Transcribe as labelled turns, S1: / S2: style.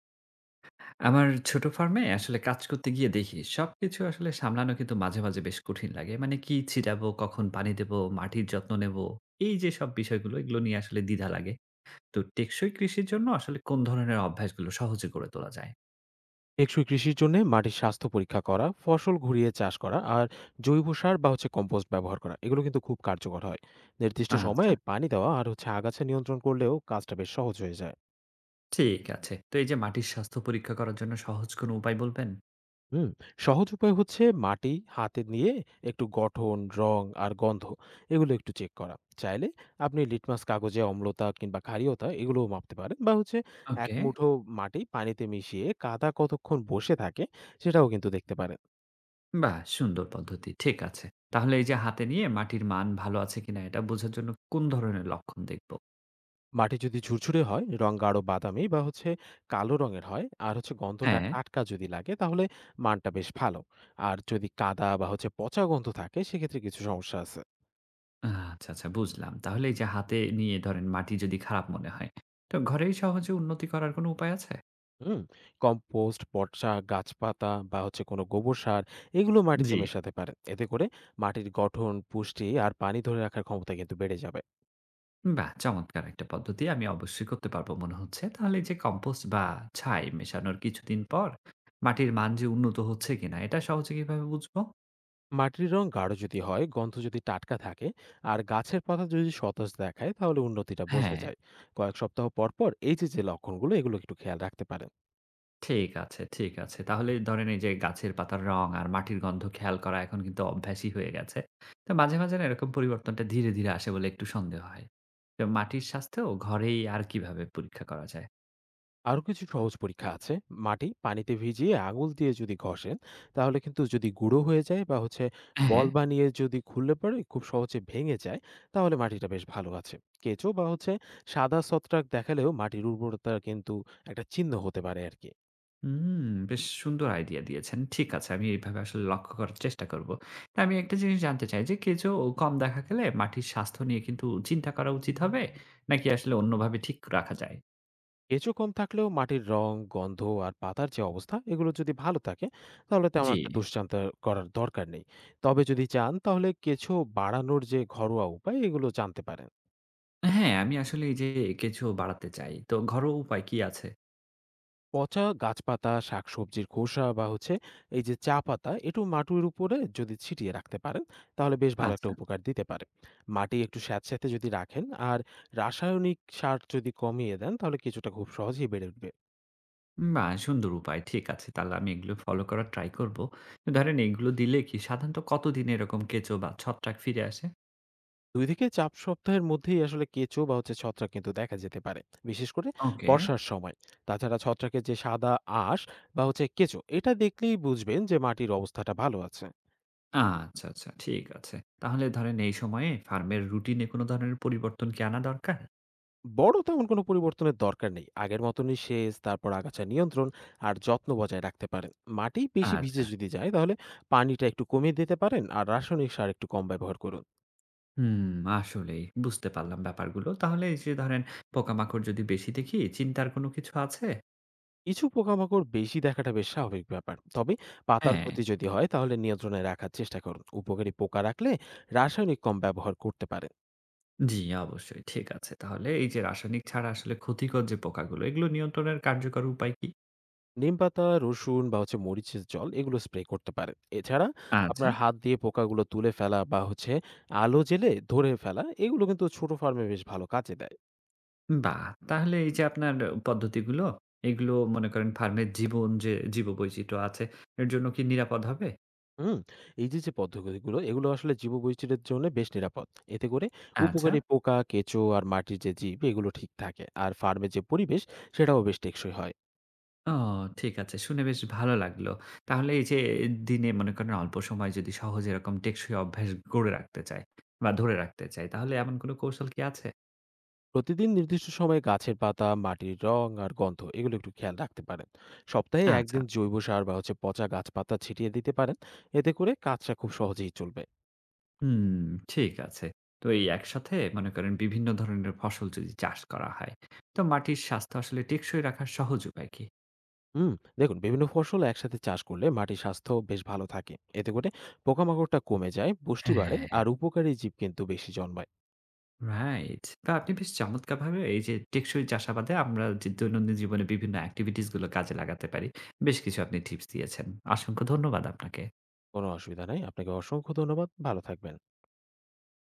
S1: আমার ছোট ফার্মে আসলে কাজ করতে গিয়ে দেখি সবকিছু আসলে সামলানো কিন্তু মাঝে মাঝে বেশ কঠিন লাগে, মানে কি ছিটাবো, কখন পানি দেব, মাটির যত্ন নেব, এই যে সব বিষয়গুলো এগুলো নিয়ে আসলে দ্বিধা লাগে। তো টেকসই কৃষির জন্য আসলে কোন ধরনের অভ্যাসগুলো সহজে গড়ে তোলা যায়?
S2: টেকসই কৃষির জন্য মাটির স্বাস্থ্য পরীক্ষা করা, ফসল ঘুরিয়ে চাষ করা আর জৈব সার বা কম্পোস্ট ব্যবহার করা, এগুলো কিন্তু খুব কার্যকর হয়। নির্দিষ্ট
S1: আচ্ছা,
S2: সময়ে পানি দেওয়া আর আগাছা নিয়ন্ত্রণ করলেও কাজটা বেশ সহজ হয়ে যায়।
S1: ঠিক আছে। তো এই যে মাটির স্বাস্থ্য পরীক্ষা করার জন্য সহজ কোনো উপায় বলবেন?
S2: হুম, সহজ উপায় হচ্ছে মাটি হাতে নিয়ে একটু গঠন, রং আর গন্ধ এগুলো একটু চেক করা। চাইলে আপনি লিটমাস কাগজে অম্লতা কিংবা ক্ষারীয়তা এগুলোও মাপতে পারেন, বা এক
S1: ওকে।
S2: মুঠো মাটি পানিতে মিশিয়ে কাদা কতক্ষণ বসে থাকে সেটাও কিন্তু দেখতে পারেন।
S1: বাহ, সুন্দর পদ্ধতি। ঠিক আছে, তাহলে এই যে হাতে নিয়ে মাটির মান ভালো আছে কিনা এটা বোঝার জন্য কোন ধরনের লক্ষণ দেখব?
S2: মাটি যদি ঝুরঝুরে হয়, রং গাঢ় বাদামি বা কালো রঙের হয় আর গন্ধটা
S1: হ্যাঁ।
S2: টাটকা যদি লাগে, তাহলে মানটা বেশ ভালো। আর যদি কাদা বা পচা গন্ধ থাকে, সেক্ষেত্রে কিছু সমস্যা আছে।
S1: আচ্ছা, আচ্ছা, বুঝলাম। তাহলে এই যে হাতে নিয়ে ধরেন মাটি যদি খারাপ মনে হয়, তো ঘরেই সহজে উন্নতি করার কোনো উপায় আছে?
S2: হুম, কম্পোস্ট, পচা গাছপাতা বা কোনো গোবর সার এগুলো মাটিতে
S1: জি।
S2: মেশাতে পারে, এতে করে মাটির গঠন, পুষ্টি আর পানি ধরে রাখার ক্ষমতা কিন্তু বেড়ে যাবে।
S1: বাহ! চমৎকার একটা পদ্ধতি। আমি অবশ্যই করতে পারবো মনে হচ্ছে। তাহলে এই যে কম্পোস্ট বা ছাই মেশানোর কিছুদিন পর মাটির মান যে উন্নত হচ্ছে কিনা এটা সহজে কিভাবে বুঝবো?
S2: মাটির রং গাঢ় যদি হয়, গন্ধ যদি টাটকা থাকে আর গাছের পাতা যদি সতেজ দেখায়, তাহলে উন্নতিটা বোঝা
S1: হ্যাঁ।
S2: যায়। কয়েক সপ্তাহ পর পর এই যে যে লক্ষণগুলো এগুলো একটু খেয়াল রাখতে পারেন।
S1: ঠিক আছে, ঠিক আছে। তাহলে ধরেন এই যে গাছের পাতার রং আর মাটির গন্ধ খেয়াল করা এখন কিন্তু অভ্যাসই হয়ে গেছে। তো মাঝে, মাঝে না, এরকম পরিবর্তনটা ধীরে, ধীরে আসে বলে একটু সন্দেহ হয়। তো মাটির স্বাস্থ্য ঘরেই আর কিভাবে পরীক্ষা করা যায়?
S2: আরও কিছু সহজ পরীক্ষা আছে। মাটি পানিতে ভিজিয়ে আঙুল দিয়ে যদি ঘষেন, তাহলে কিন্তু যদি গুঁড়ো হয়ে যায়, বা হচ্ছে
S1: হ্যাঁ।
S2: বল বানিয়ে যদি খুললে পরে খুব সহজে ভেঙে যায়, তাহলে মাটিটা বেশ ভালো আছে। কেঁচো বা হচ্ছে সাদা ছত্রাক দেখালেও মাটির উর্বরতা কিন্তু একটা চিহ্ন হতে পারে আর কি।
S1: হুম, বেশ সুন্দর আইডিয়া দিয়েছেন। ঠিক আছে, আমি এইভাবে আসলে লক্ষ্য করার চেষ্টা করব। তা আমি একটা জিনিস জানতে চাই যে কেঁচো কম দেখা গেলে মাটির স্বাস্থ্য নিয়ে কিন্তু চিন্তা করা উচিত হবে? নাকি আসলে অন্যভাবে ঠিক রাখা যায়?
S2: কেঁচো কম থাকলেও মাটির রং, গন্ধ আর পাতার যে অবস্থা এগুলো যদি ভালো থাকে, তাহলে তেমন
S1: জি।
S2: একটা দুশ্চিন্তা করার দরকার নেই। তবে যদি চান তাহলে কেঁচো বাড়ানোর যে ঘরোয়া উপায় এগুলো জানতে পারেন।
S1: হ্যাঁ, আমি আসলে এই যে কিছু বাড়াতে চাই। তো ঘরোয়া উপায় কি আছে?
S2: পচা গাছপাতা, শাকসবজির খোসা বা হচ্ছে এই যে চা পাতা একটু মাটির উপরে যদি ছিটিয়ে রাখতে পারেন, তাহলে বেশ ভালো একটা
S1: আচ্ছা।
S2: উপকার দিতে পারে। মাটি একটু স্যাঁতস্যাঁতে যদি রাখেন আর রাসায়নিক সার যদি কমিয়ে দেন, তাহলে কেঁচোটা খুব সহজেই বেড়ে উঠবে।
S1: বাহ! সুন্দর উপায়। ঠিক আছে, তাহলে আমি এগুলো ফলো করার ট্রাই করব। তো ধরেন এগুলো দিলে কি সাধারণত কতদিন এরকম কেঁচো বা ছত্রাক ফিরে আসে?
S2: ২ থেকে ৪ সপ্তাহের মধ্যেই আসলে কেঁচো বা ছত্রাক কিন্তু দেখা যেতে পারে। বিশেষ করে
S1: ওকে।
S2: বর্ষার সময়। তাছাড়া ছত্রাকের যে সাদা আঁশ বা কেঁচো এটা দেখলেই বুঝবেন যে মাটির অবস্থাটা ভালো আছে।
S1: আচ্ছা, আচ্ছা। ঠিক আছে। তাহলে ধরেন এই সময়ে ফার্মের রুটিনে কোনো ধরনের পরিবর্তন কি আনা দরকার?
S2: বড় তেমন কোনো পরিবর্তনের দরকার নেই। আগের মতনই সেচ, তারপর আগাছা নিয়ন্ত্রণ আর যত্ন বজায় রাখতে পারেন। মাটি বেশি
S1: আচ্ছা।
S2: ভিজে যদি যায়, তাহলে পানিটা একটু কমিয়ে দিতে পারেন আর রাসায়নিক সার একটু কম ব্যবহার করুন।
S1: হুম, আসলেই বুঝতে পারলাম ব্যাপারগুলো। তাহলে এই যে ধরেন পোকামাকড় যদি বেশি দেখি চিন্তার কোনো কিছু আছে?
S2: কিছু পোকামাকড় বেশি দেখাটা বেশ স্বাভাবিক ব্যাপার, তবে পাতার
S1: হ্যাঁ।
S2: ক্ষতি যদি হয় তাহলে নিয়ন্ত্রণে রাখার চেষ্টা করুন। উপকারী পোকা রাখলে রাসায়নিক কম ব্যবহার করতে পারেন।
S1: জি, অবশ্যই। ঠিক আছে। তাহলে এই যে রাসায়নিক ছাড়া আসলে ক্ষতিকর যে পোকাগুলো, এগুলো নিয়ন্ত্রণের কার্যকর উপায় কি?
S2: নিম পাতা, রসুন বা মরিচের জল এগুলো স্প্রে করতে পারেন। এছাড়া
S1: আচ্ছা।
S2: আপনার হাত দিয়ে পোকাগুলো তুলে ফেলা বা হচ্ছে আলো জেলে ধরে ফেলা এগুলো কিন্তু ছোট ফার্মে বেশ ভালো কাজে দেয়।
S1: বাহ! তাহলে এই যে আপনার পদ্ধতিগুলো, এগুলো মনে করেন ফার্মের জীবন যে জীববৈচিত্র্য আছে, এর জন্য কি নিরাপদ হবে?
S2: হুম, এই যে যে পদ্ধতিগুলো এগুলো আসলে জীববৈচিত্র্যের জন্য বেশ নিরাপদ। এতে করে
S1: আচ্ছা।
S2: উপকারী পোকা, কেঁচো আর মাটির যে জীব এগুলো ঠিক থাকে, আর ফার্মে যে পরিবেশ সেটাও বেশ টেকসই হয়।
S1: ও, ঠিক আছে। শুনে বেশ ভালো লাগলো। তাহলে এই যে দিনে মনে করেন অল্প সময় যদি সহজ এরকম টেকসই অভ্যাস গড়ে রাখতে চাই বা ধরে রাখতে চাই, তাহলে এমন কোনো কৌশল কি আছে?
S2: প্রতিদিন নির্দিষ্ট সময়ে গাছের পাতা, মাটির রং আর গন্ধ এগুলো একটু খেয়াল রাখতে পারেন। সপ্তাহে
S1: আচ্ছা।
S2: একদিন জৈব সার বা পচা গাছ পাতা ছিটিয়ে দিতে পারেন, এতে করে কাজটা খুব সহজেই চলবে।
S1: হুম, ঠিক আছে। তো এই একসাথে মনে করেন বিভিন্ন ধরনের ফসল যদি চাষ করা হয়, তো মাটির স্বাস্থ্য আসলে টেকসই রাখার সহজ উপায় কি?
S2: হুম, দেখুন, বিভিন্ন ফসল একসাথে চাষ করলে মাটির স্বাস্থ্য বেশ ভালো থাকে। এতে করে পোকামাকড়টা কমে যায়, পুষ্টি বাড়ে
S1: হ্যাঁ।
S2: আর উপকারী জীব কিন্তু বেশি জন্মায়।
S1: রাইট। বা আপনি বেশ চমৎকারভাবে এই যে টেকসই চাষাবাদে আমরা যে দৈনন্দিন জীবনে বিভিন্ন activities গুলো কাজে লাগাতে পারি, বেশ কিছু আপনি টিপস দিয়েছেন। অসংখ্য ধন্যবাদ আপনাকে।
S2: কোনো অসুবিধা নাই, আপনাকে অসংখ্য ধন্যবাদ, ভালো থাকবেন।